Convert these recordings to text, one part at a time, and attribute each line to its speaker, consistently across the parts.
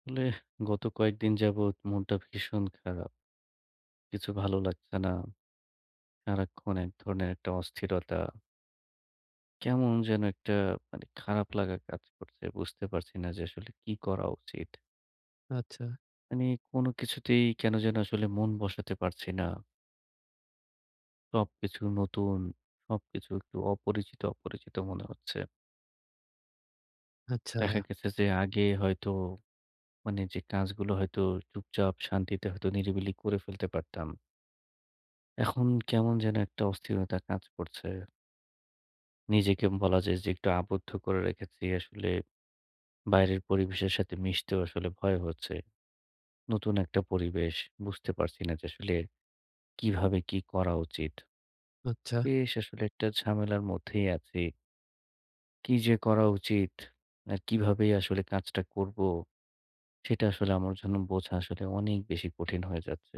Speaker 1: আসলে গত কয়েকদিন যাবৎ মনটা ভীষণ খারাপ। কিছু ভালো লাগছে না। সারাক্ষণ এক ধরনের একটা অস্থিরতা। কেমন যেন একটা মানে খারাপ লাগা কাজ করছে। বুঝতে পারছি না যে আসলে কি করা উচিত?
Speaker 2: আচ্ছা,
Speaker 1: মানে কোনো কিছুতেই কেন যেন আসলে মন বসাতে পারছি না। সবকিছু নতুন, সবকিছু একটু অপরিচিত, অপরিচিত মনে হচ্ছে।
Speaker 2: আচ্ছা,
Speaker 1: দেখা গেছে যে আগে হয়তো মানে যে কাজগুলো হয়তো চুপচাপ শান্তিতে হয়তো নিরিবিলি করে ফেলতে পারতাম। এখন কেমন যেন একটা অস্থিরতা কাজ করছে। নিজেকে বলা যায় যে একটু আবদ্ধ করে রেখেছি। আসলে বাইরের পরিবেশের সাথে মিশতেও আসলে ভয় হচ্ছে। নতুন একটা পরিবেশ বুঝতে পারছি না যে আসলে কিভাবে কি করা উচিত?
Speaker 2: আচ্ছা।
Speaker 1: বেশ আসলে একটা ঝামেলার মধ্যেই আছি। কি যে করা উচিত? আর কিভাবে আসলে কাজটা করব? সেটা আসলে আমার জন্য বোঝা আসলে অনেক বেশি কঠিন হয়ে যাচ্ছে।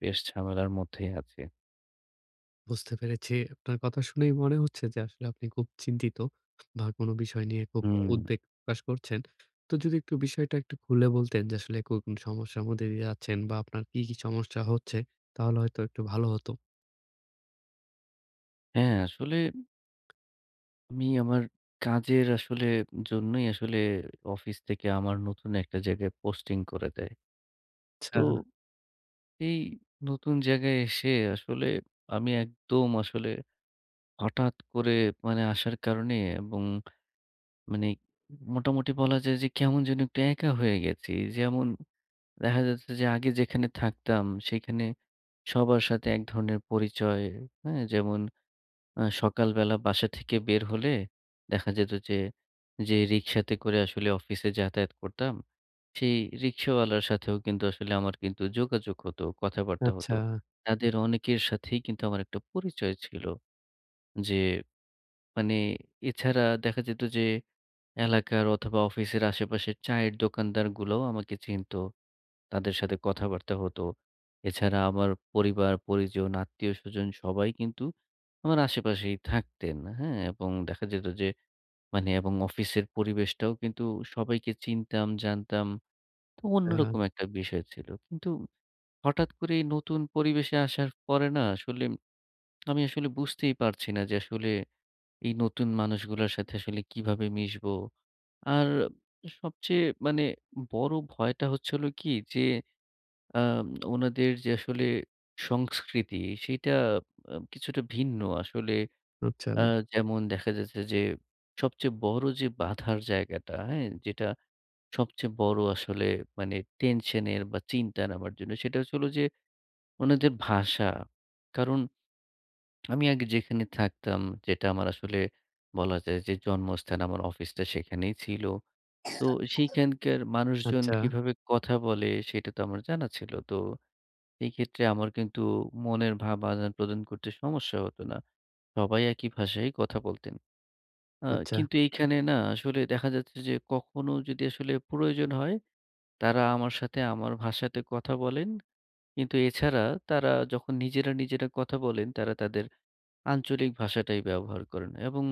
Speaker 1: বেশ ঝামেলার মধ্যেই আছি।
Speaker 2: বুঝতে পেরেছি। আপনার কথা শুনেই মনে হচ্ছে যে আসলে আপনি খুব চিন্তিত বা কোনো বিষয় নিয়ে খুব
Speaker 1: হুম,
Speaker 2: উদ্বেগ প্রকাশ করছেন। তো যদি একটু বিষয়টা একটু খুলে বলতেন যে আসলে কোন কোন সমস্যার মধ্যে দিয়ে যাচ্ছেন বা আপনার কি, কি সমস্যা হচ্ছে, তাহলে হয়তো একটু ভালো হতো।
Speaker 1: হ্যাঁ আসলে আমি আমার কাজের আসলে জন্যই আসলে অফিস থেকে আমার নতুন একটা জায়গায় পোস্টিং করে দেয়।
Speaker 2: আচ্ছা,
Speaker 1: তো এই নতুন জায়গায় এসে আসলে আমি একদম আসলে হঠাৎ করে মানে আসার কারণে এবং মানে মোটামুটি বলা যায় যে কেমন যেন একটু একা হয়ে গেছি। যেমন দেখা যাচ্ছে যে আগে যেখানে থাকতাম সেখানে সবার সাথে এক ধরনের পরিচয়, হ্যাঁ? যেমন সকালবেলা বাসা থেকে বের হলে দেখা যেত যে, যে রিক্সাতে করে আসলে অফিসে যাতায়াত করতাম, সেই রিক্শাওয়ালার সাথেও কিন্তু আসলে আমার কিন্তু যোগাযোগ হতো, কথাবার্তা
Speaker 2: আচ্ছা,
Speaker 1: হতো। তাদের অনেকের সাথেই কিন্তু আমার একটা পরিচয় ছিল। যে মানে এছাড়া দেখা যেত যে, এলাকার অথবা অফিসের আশেপাশের চায়ের দোকানদারগুলোও আমাকে চিনত। তাদের সাথে কথাবার্তা হতো। এছাড়া আমার পরিবার, পরিজন, আত্মীয়স্বজন সবাই কিন্তু আমার আশেপাশেই থাকতেন। হ্যাঁ? এবং দেখা যেত যে মানে এবং অফিসের পরিবেশটাও কিন্তু সবাইকে চিনতাম, জানতাম। তো অন্যরকম একটা বিষয় ছিল। কিন্তু হঠাৎ করে এই নতুন পরিবেশে আসার পরে না আসলে আমি আসলে বুঝতেই পারছি না যে আসলে এই নতুন মানুষগুলার সাথে আসলে কিভাবে মিশবো? আর সবচেয়ে মানে বড় ভয়টা হচ্ছে হলো কি যে আম ওনাদের যে আসলে সংস্কৃতি সেইটা কিছুটা ভিন্ন। আসলে
Speaker 2: আচ্ছা,
Speaker 1: আ
Speaker 2: আচ্ছা,
Speaker 1: যেমন দেখা যাচ্ছে যে সবচেয়ে বড় যে বাধার জায়গাটা, হ্যাঁ? যেটা সবচেয়ে বড় আসলে মানে টেনশনের বা চিন্তার আমার জন্য সেটা হচ্ছে হলো যে ওনাদের ভাষা। কারণ আমি আগে যেখানে থাকতাম যেটা আমার আসলে বলা যায় যে জন্মস্থান আমার অফিসটা সেখানেই ছিল। তো সেইখানকার মানুষজন
Speaker 2: আচ্ছা,
Speaker 1: কিভাবে কথা বলে সেটা তো আমার জানা ছিল। তো এই ক্ষেত্রে আমার কিন্তু মনের ভাব আদান-প্রদান করতে সমস্যা হতো না। সবাই একই ভাষায় কথা বলতেন। আ
Speaker 2: আচ্ছা,
Speaker 1: কিন্তু এইখানে না আসলে দেখা যাচ্ছে যে কখনো যদি আসলে প্রয়োজন হয়, তারা আমার সাথে আমার ভাষাতে কথা বলেন। কিন্তু এছাড়া তারা যখন নিজেরা কথা বলেন, তারা তাদের আঞ্চলিক ভাষাটাই ব্যবহার করেন এবং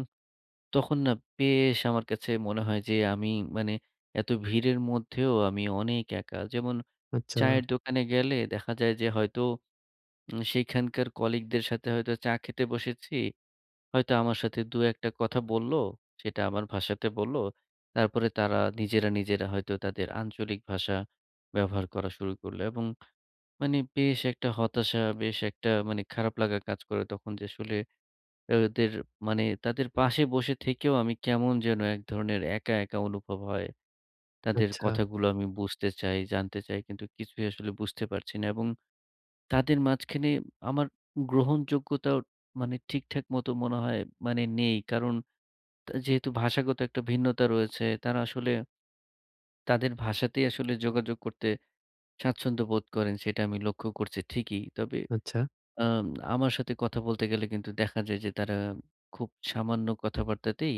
Speaker 1: তখন না বেশ আমার কাছে মনে হয় যে আমি মানে এত ভিড়ের মধ্যেও আমি অনেক একা। যেমন
Speaker 2: আচ্ছা,
Speaker 1: চায়ের দোকানে গেলে দেখা যায় যে হয়তো সেইখানকার কলিগদের সাথে হয়তো চা খেতে বসেছি। হয়তো আমার সাথে ২-১ টা কথা বলল। সেটা আমার ভাষাতে বলল। তারপরে তারা নিজেরা হয়তো তাদের আঞ্চলিক ভাষা ব্যবহার করা শুরু করল এবং মানে বেশ একটা হতাশা, বেশ একটা মানে খারাপ লাগা কাজ করে তখন যে আসলে ওদের মানে তাদের পাশে বসে থেকেও আমি কেমন যেন এক ধরনের একা, একা অনুভব হয়। তাদের
Speaker 2: আচ্ছা,
Speaker 1: কথাগুলো আমি বুঝতে চাই, জানতে চাই কিন্তু কিছুই আসলে বুঝতে পারছি না এবং তাদের মাঝখানে আমার গ্রহণযোগ্যতাও মানে ঠিকঠাক মতো মনে হয় মানে নেই। কারণ তা যেহেতু ভাষাগত একটা ভিন্নতা রয়েছে, তারা আসলে তাদের ভাষাতেই আসলে যোগাযোগ করতে স্বাচ্ছন্দ্য বোধ করেন, সেটা আমি লক্ষ্য করছি ঠিকই। তবে
Speaker 2: আচ্ছা।
Speaker 1: আম আমার সাথে কথা বলতে গেলে কিন্তু দেখা যায় যে তারা খুব সামান্য কথাবার্তাতেই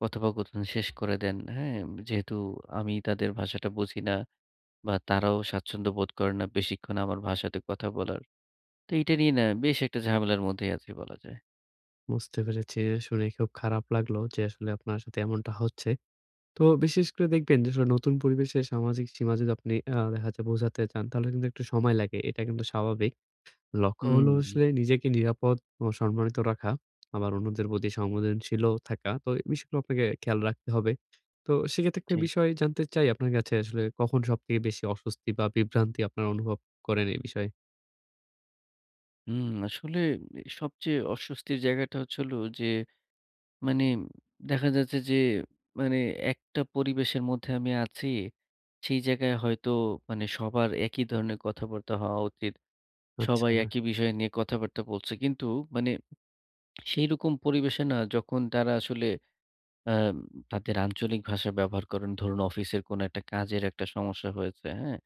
Speaker 1: কথোপকথন শেষ করে দেন। হ্যাঁ? যেহেতু আমি তাদের ভাষাটা বুঝি না বা তারাও স্বাচ্ছন্দ্য বোধ করে না বেশিক্ষণ আমার ভাষাতে কথা বলার। তো এইটা নিয়ে না বেশ একটা ঝামেলার মধ্যেই আছি বলা যায়।
Speaker 2: বুঝতে পেরেছি। শুনে খুব খারাপ লাগলো যে আসলে আপনার সাথে এমনটা হচ্ছে। তো বিশেষ করে দেখবেন যে আসলে নতুন পরিবেশে সামাজিক সীমা যদি আপনি দেখা যায় বোঝাতে চান, তাহলে কিন্তু একটু সময় লাগে। এটা কিন্তু স্বাভাবিক। লক্ষ্য হলো
Speaker 1: হুম,
Speaker 2: আসলে নিজেকে নিরাপদ ও সম্মানিত রাখা, আবার অন্যদের প্রতি সংবেদনশীলও থাকা। তো এই বিষয়গুলো আপনাকে খেয়াল রাখতে হবে। তো সেক্ষেত্রে একটা
Speaker 1: ঠিক।
Speaker 2: বিষয় জানতে চাই, আপনার কাছে আসলে কখন সবথেকে বেশি অস্বস্তি বা বিভ্রান্তি আপনারা অনুভব করেন এই বিষয়ে?
Speaker 1: হুম, আসলে সবচেয়ে অস্বস্তির জায়গাটা হচ্ছে হলো যে মানে দেখা যাচ্ছে যে মানে একটা পরিবেশের মধ্যে আমি আছি। সেই জায়গায় হয়তো মানে সবার একই ধরনের কথাবার্তা হওয়া উচিত।
Speaker 2: আচ্ছা,
Speaker 1: সবাই একই বিষয় নিয়ে কথাবার্তা বলছে। কিন্তু মানে সেইরকম পরিবেশে না যখন তারা আসলে আ তাদের আঞ্চলিক ভাষা ব্যবহার করেন ধরুন অফিসের কোনো একটা কাজের একটা সমস্যা হয়েছে, হ্যাঁ?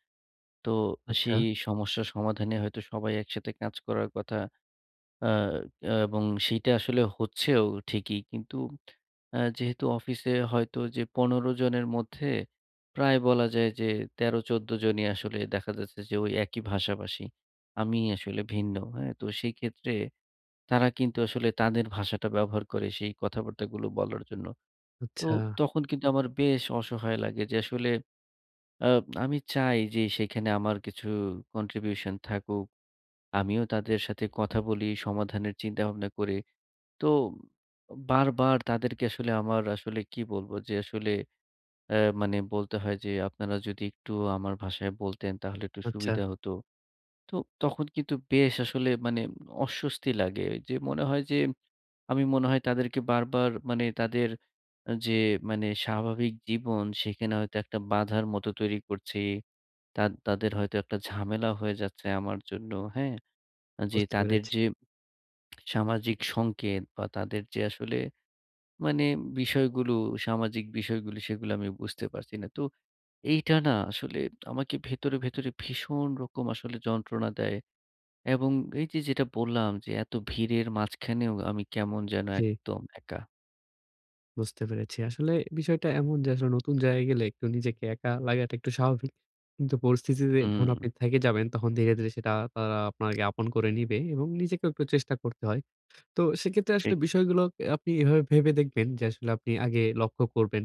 Speaker 1: তো
Speaker 2: আচ্ছা,
Speaker 1: সেই সমস্যা সমাধানে হয়তো সবাই একসাথে কাজ করার কথা আ আ এবং সেইটা আসলে হচ্ছেও ঠিকই। কিন্তু যেহেতু অফিসে হয়তো যে ১৫ জনের মধ্যে প্রায় বলা যায় যে ১৩-১৪ জনই আসলে দেখা যাচ্ছে যে ওই একই ভাষাভাষী। আমি আসলে ভিন্ন, হ্যাঁ? তো সেই ক্ষেত্রে তারা কিন্তু আসলে তাদের ভাষাটা ব্যবহার করে সেই কথাবার্তাগুলো বলার জন্য। তো
Speaker 2: আচ্ছা,
Speaker 1: তখন কিন্তু আমার বেশ অসহায় লাগে যে আসলে আ আমি চাই যে সেখানে আমার কিছু কন্ট্রিবিউশন থাকুক। আমিও তাদের সাথে কথা বলি, সমাধানের চিন্তাভাবনা করি। তো বারবার তাদেরকে আসলে আমার আসলে কি বলব যে আসলে মানে বলতে হয় যে, "আপনারা যদি একটু আমার ভাষায় বলতেন তাহলে একটু
Speaker 2: আচ্ছা,
Speaker 1: সুবিধা হতো।" তো তখন কিন্তু বেশ আসলে মানে অস্বস্তি লাগে। যে মনে হয় যে আমি মনে হয় তাদেরকে বারবার মানে তাদের যে মানে স্বাভাবিক জীবন সেখানে হয়তো একটা বাধার মতো তৈরি করছি। তা তাদের হয়তো একটা ঝামেলা হয়ে যাচ্ছে আমার জন্য, হ্যাঁ? যে
Speaker 2: বুঝতে
Speaker 1: তাদের
Speaker 2: পেরেছি।
Speaker 1: যে সামাজিক সংকেত বা তাদের যে আসলে মানে বিষয়গুলো, সামাজিক বিষয়গুলো সেগুলো আমি বুঝতে পারছি না। তো এইটা না আসলে আমাকে ভেতরে, ভেতরে ভীষণ রকম আসলে যন্ত্রণা দেয় এবং এই যে যেটা বললাম যে এত ভিড়ের মাঝখানেও আমি কেমন যেন
Speaker 2: জি।
Speaker 1: একদম একা।
Speaker 2: বুঝতে পেরেছি। আসলে বিষয়টা এমন যে আসলে নতুন জায়গায় গেলে একটু নিজেকে একা লাগাটা একটু স্বাভাবিক। কিন্তু পরিস্থিতিতে হুম। যখন
Speaker 1: হুম,
Speaker 2: আপনি থেকে যাবেন তখন ধীরে, ধীরে সেটা তারা আপনাকে আপন করে নিবে এবং নিজেকেও একটু চেষ্টা করতে হয়। তো সেক্ষেত্রে আসলে
Speaker 1: ঠিক,
Speaker 2: বিষয়গুলো আপনি এভাবে ভেবে দেখবেন যে আসলে আপনি আগে লক্ষ্য করবেন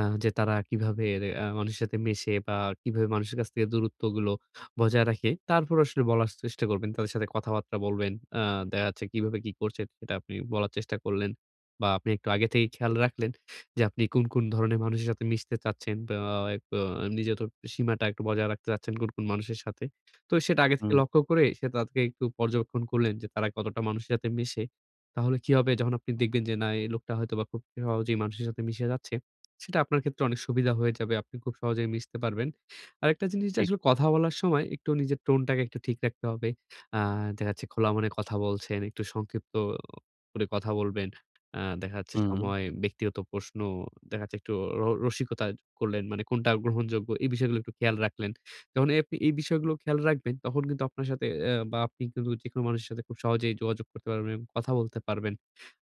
Speaker 2: যে তারা কিভাবে মানুষের সাথে মেশে বা কিভাবে মানুষের কাছ থেকে দূরত্বগুলো বজায় রাখে। তারপর আসলে বলার চেষ্টা করবেন। তাদের সাথে কথাবার্তা বলবেন। আ দেখা যাচ্ছে কিভাবে কি করছে, সেটা আপনি বলার চেষ্টা করলেন বা আপনি একটু আগে থেকেই খেয়াল রাখলেন যে আপনি কোন, কোন ধরনের মানুষের সাথে মিশতে চাচ্ছেন বা একটু নিজের তো সীমাটা একটু বজায় রাখতে চাচ্ছেন কোন, কোন মানুষের সাথে। তো সেটা আগে থেকে
Speaker 1: হুম,
Speaker 2: লক্ষ্য করে সে তাদেরকে একটু পর্যবেক্ষণ করলেন যে তারা কতটা মানুষের সাথে মেশে। তাহলে কি হবে, যখন আপনি দেখবেন যে না, এই লোকটা হয়তোবা খুব সহজেই মানুষের সাথে মিশে যাচ্ছে, সেটা আপনার ক্ষেত্রে অনেক সুবিধা হয়ে যাবে। আপনি খুব সহজেই মিশতে পারবেন। আরেকটা জিনিস, যে
Speaker 1: ঠিক,
Speaker 2: আসলে কথা বলার সময় একটু নিজের টোনটাকে একটু ঠিক রাখতে হবে। আ দেখা যাচ্ছে খোলা মনে কথা বলছেন, একটু সংক্ষিপ্ত করে কথা বলবেন। দেখা যাচ্ছে
Speaker 1: হুম,
Speaker 2: সময়, ব্যক্তিগত প্রশ্ন, দেখা যাচ্ছে একটু রসিকতা করলেন, মানে কোনটা গ্রহণযোগ্য, এই বিষয়গুলো একটু খেয়াল রাখলেন। যখন এই আপনি এই বিষয়গুলো খেয়াল রাখবেন, তখন কিন্তু আপনার সাথে বা আপনি কিন্তু যেকোনো মানুষের সাথে খুব সহজেই যোগাযোগ করতে পারবেন এবং কথা বলতে পারবেন।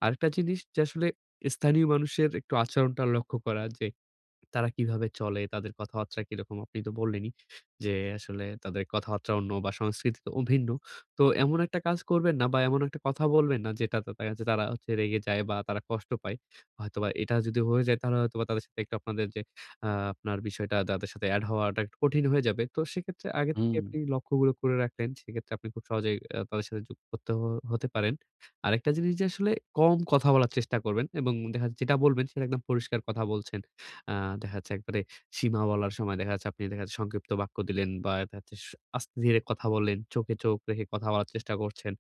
Speaker 2: আরেকটা জিনিস, যে আসলে স্থানীয় মানুষের একটু আচরণটা লক্ষ্য করা যে তারা কিভাবে চলে? তাদের কথাবার্তা কিরকম? আপনি তো বললেনই যে, আসলে তাদের কথাবার্তা অন্য বা সংস্কৃতি তো ভিন্ন। তো এমন একটা কাজ করবেন না বা এমন একটা কথা বলবেন না যেটা তাদের কাছে তারা হচ্ছে রেগে যায় বা তারা কষ্ট পায়। হয়তোবা এটা যদি হয়ে যায়, তাহলে হয়তোবা তাদের সাথে একটু আপনাদের যে আপনার বিষয়টা তাদের সাথে এড হওয়াটা একটু কঠিন হয়ে যাবে। তো সেক্ষেত্রে আগে থেকে
Speaker 1: হুম,
Speaker 2: আপনি লক্ষ্যগুলো করে রাখলেন। সেক্ষেত্রে আপনি খুব সহজেই তাদের সাথে যুক্ত করতে হতে পারেন। আরেকটা জিনিস, যে আসলে কম কথা বলার চেষ্টা করবেন এবং দেখা যাচ্ছে যেটা বলবেন সেটা একদম পরিষ্কার কথা বলছেন। আ দেখা যাচ্ছে একবারে সীমা বলার সময়, দেখা যাচ্ছে আপনি দেখা যাচ্ছে সংক্ষিপ্ত বাক্য দিলেন বা দেখা যাচ্ছে আস্তে ধীরে কথা বললেন। চোখে চোখ রেখে কথা বলার চেষ্টা করছেন।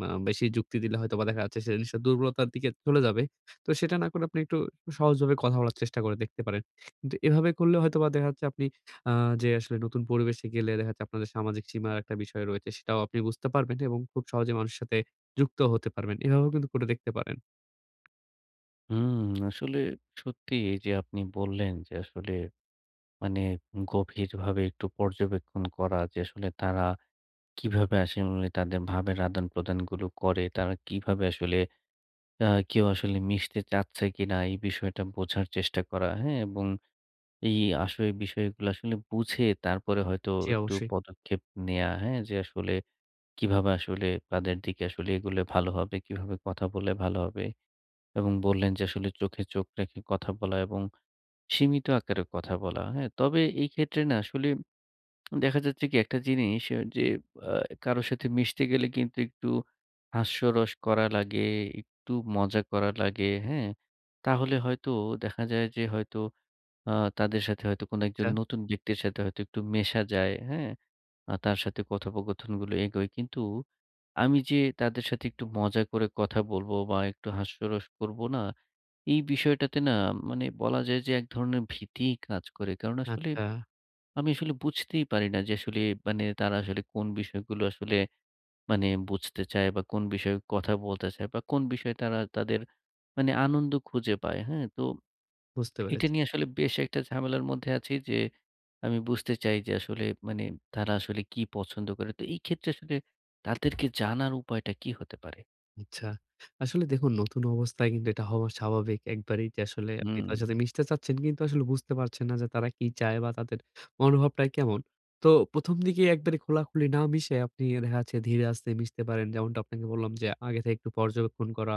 Speaker 2: বেশি যুক্তি দিলে হয়তোবা দেখা যাচ্ছে সে জিনিসটা দুর্বলতার দিকে চলে যাবে। তো সেটা না করে আপনি একটু সহজভাবে কথা বলার চেষ্টা করে দেখতে পারেন। কিন্তু এভাবে করলে হয়তোবা দেখা যাচ্ছে আপনি আ যে আসলে নতুন পরিবেশে গেলে দেখা যাচ্ছে আপনাদের সামাজিক সীমার একটা বিষয় রয়েছে, সেটাও আপনি বুঝতে পারবেন এবং খুব সহজে মানুষের সাথে যুক্ত হতে পারবেন। এভাবেও কিন্তু করে দেখতে পারেন।
Speaker 1: হুম। আসলে সত্যি এই যে আপনি বললেন যে আসলে মানে গভীরভাবে একটু পর্যবেক্ষণ করা যে আসলে তারা কিভাবে আসলে তাদের ভাবের আদান-প্রদানগুলো করে। তারা কিভাবে আসলে কেউ আসলে মিশতে চাচ্ছে কিনা এই বিষয়টা বোঝার চেষ্টা করা, হ্যাঁ? এবং এই আসলে বিষয়গুলো আসলে বুঝে তারপরে হয়তো
Speaker 2: জি,
Speaker 1: একটু
Speaker 2: অবশ্যই।
Speaker 1: পদক্ষেপ নেয়া, হ্যাঁ? যে আসলে কিভাবে আসলে তাদের দিকে আসলে এগুলে ভালো হবে, কিভাবে কথা বললে ভালো হবে এবং বললেন যে আসলে চোখে চোখ রেখে কথা বলা এবং সীমিত আকারে কথা বলা, হ্যাঁ? তবে এই ক্ষেত্রে না আসলে দেখা যাচ্ছে কি একটা জিনিস যে আ কারো সাথে মিশতে গেলে কিন্তু একটু হাস্যরস করা লাগে, একটু মজা করা লাগে, হ্যাঁ? তাহলে হয়তো দেখা যায় যে হয়তো আ তাদের সাথে হয়তো কোনো
Speaker 2: আচ্ছা,
Speaker 1: একজন নতুন ব্যক্তির সাথে হয়তো একটু মেশা যায়, হ্যাঁ? তার সাথে কথোপকথনগুলো এগোয়। কিন্তু আমি যে তাদের সাথে একটু মজা করে কথা বলবো বা একটু হাস্যরস করব না, এই বিষয়টাতে না মানে বলা যায় যে এক ধরনের ভীতিই কাজ করে। কারণ আসলে
Speaker 2: আচ্ছা,
Speaker 1: আমি আসলে বুঝতেই পারি না যে আসলে মানে তারা আসলে কোন বিষয়গুলো আসলে মানে বুঝতে চায় বা কোন বিষয়ে কথা বলতে চায় বা কোন বিষয়ে তারা তাদের মানে আনন্দ খুঁজে পায়। হ্যাঁ? তো
Speaker 2: বুঝতে
Speaker 1: এটা
Speaker 2: পেরেছি।
Speaker 1: নিয়ে আসলে বেশ একটা ঝামেলার মধ্যে আছি যে আমি বুঝতে চাই যে আসলে মানে তারা আসলে কি পছন্দ করে। তো এই ক্ষেত্রে আসলে তাদেরকে জানার উপায়টা কি হতে পারে?
Speaker 2: আচ্ছা। আসলে দেখুন, নতুন অবস্থায় কিন্তু এটা হওয়া স্বাভাবিক একবারেই, যে আসলে আপনি
Speaker 1: হুম,
Speaker 2: তাদের সাথে মিশতে চাচ্ছেন কিন্তু আসলে বুঝতে পারছেন না যে তারা কি চায় বা তাদের মনোভাবটা কেমন। তো ১ম দিকে একবারে খোলাখুলি না মিশে আপনি দেখা যাচ্ছে ধীরে আস্তে মিশতে পারেন। যেমনটা আপনাকে বললাম যে আগে থেকে একটু পর্যবেক্ষণ করা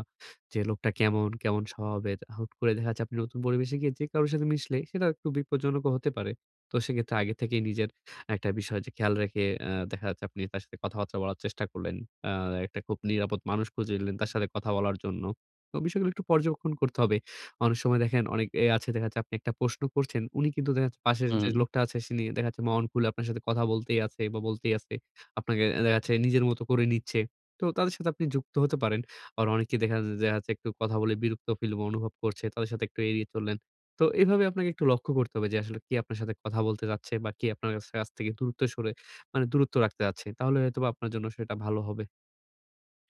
Speaker 2: যে লোকটা কেমন, কেমন স্বভাবের। হুট করে দেখা যাচ্ছে আপনি নতুন পরিবেশে গিয়ে যে কারো সাথে মিশলে সেটা একটু বিপজ্জনকও হতে পারে। তো সেক্ষেত্রে আগে থেকেই নিজের একটা বিষয় যে খেয়াল রেখে দেখা যাচ্ছে আপনি তার সাথে কথাবার্তা বলার চেষ্টা করলেন। আ একটা খুব নিরাপদ মানুষ খুঁজে নিলেন তার সাথে কথা বলার জন্য। তো বিষয়গুলো একটু পর্যবেক্ষণ করতে হবে। অনেক সময় দেখেন অনেক আছে, দেখা যাচ্ছে আপনি একটা প্রশ্ন করছেন। উনি কিন্তু দেখা যাচ্ছে পাশের যে
Speaker 1: হুম।
Speaker 2: লোকটা আছে সে নিয়ে দেখা যাচ্ছে মন খুলে আপনার সাথে কথা বলতেই আছে বা বলতেই আছে। আপনাকে দেখা যাচ্ছে নিজের মতো করে নিচ্ছে। তো তাদের সাথে আপনি যুক্ত হতে পারেন। আর অনেকে দেখা যায় দেখা যাচ্ছে একটু কথা বলে বিরক্ত ফিল অনুভব করছে। তাদের সাথে একটু এড়িয়ে চললেন। তো এভাবে আপনাকে একটু লক্ষ্য করতে হবে যে আসলে কে আপনার সাথে কথা বলতে চাচ্ছে বা কে আপনার কাছ কাছ থেকে দূরত্ব সরে, মানে দূরত্ব রাখতে চাচ্ছি। তাহলে হয়তোবা আপনার জন্য সেটা ভালো হবে।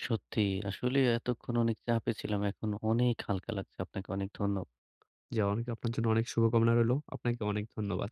Speaker 1: সত্যি আসলে এতক্ষণ অনেক চাপে ছিলাম। এখন অনেক হালকা লাগছে। আপনাকে অনেক ধন্য
Speaker 2: জি, অনেক আপনার জন্য অনেক শুভকামনা রইলো। আপনাকে অনেক ধন্যবাদ।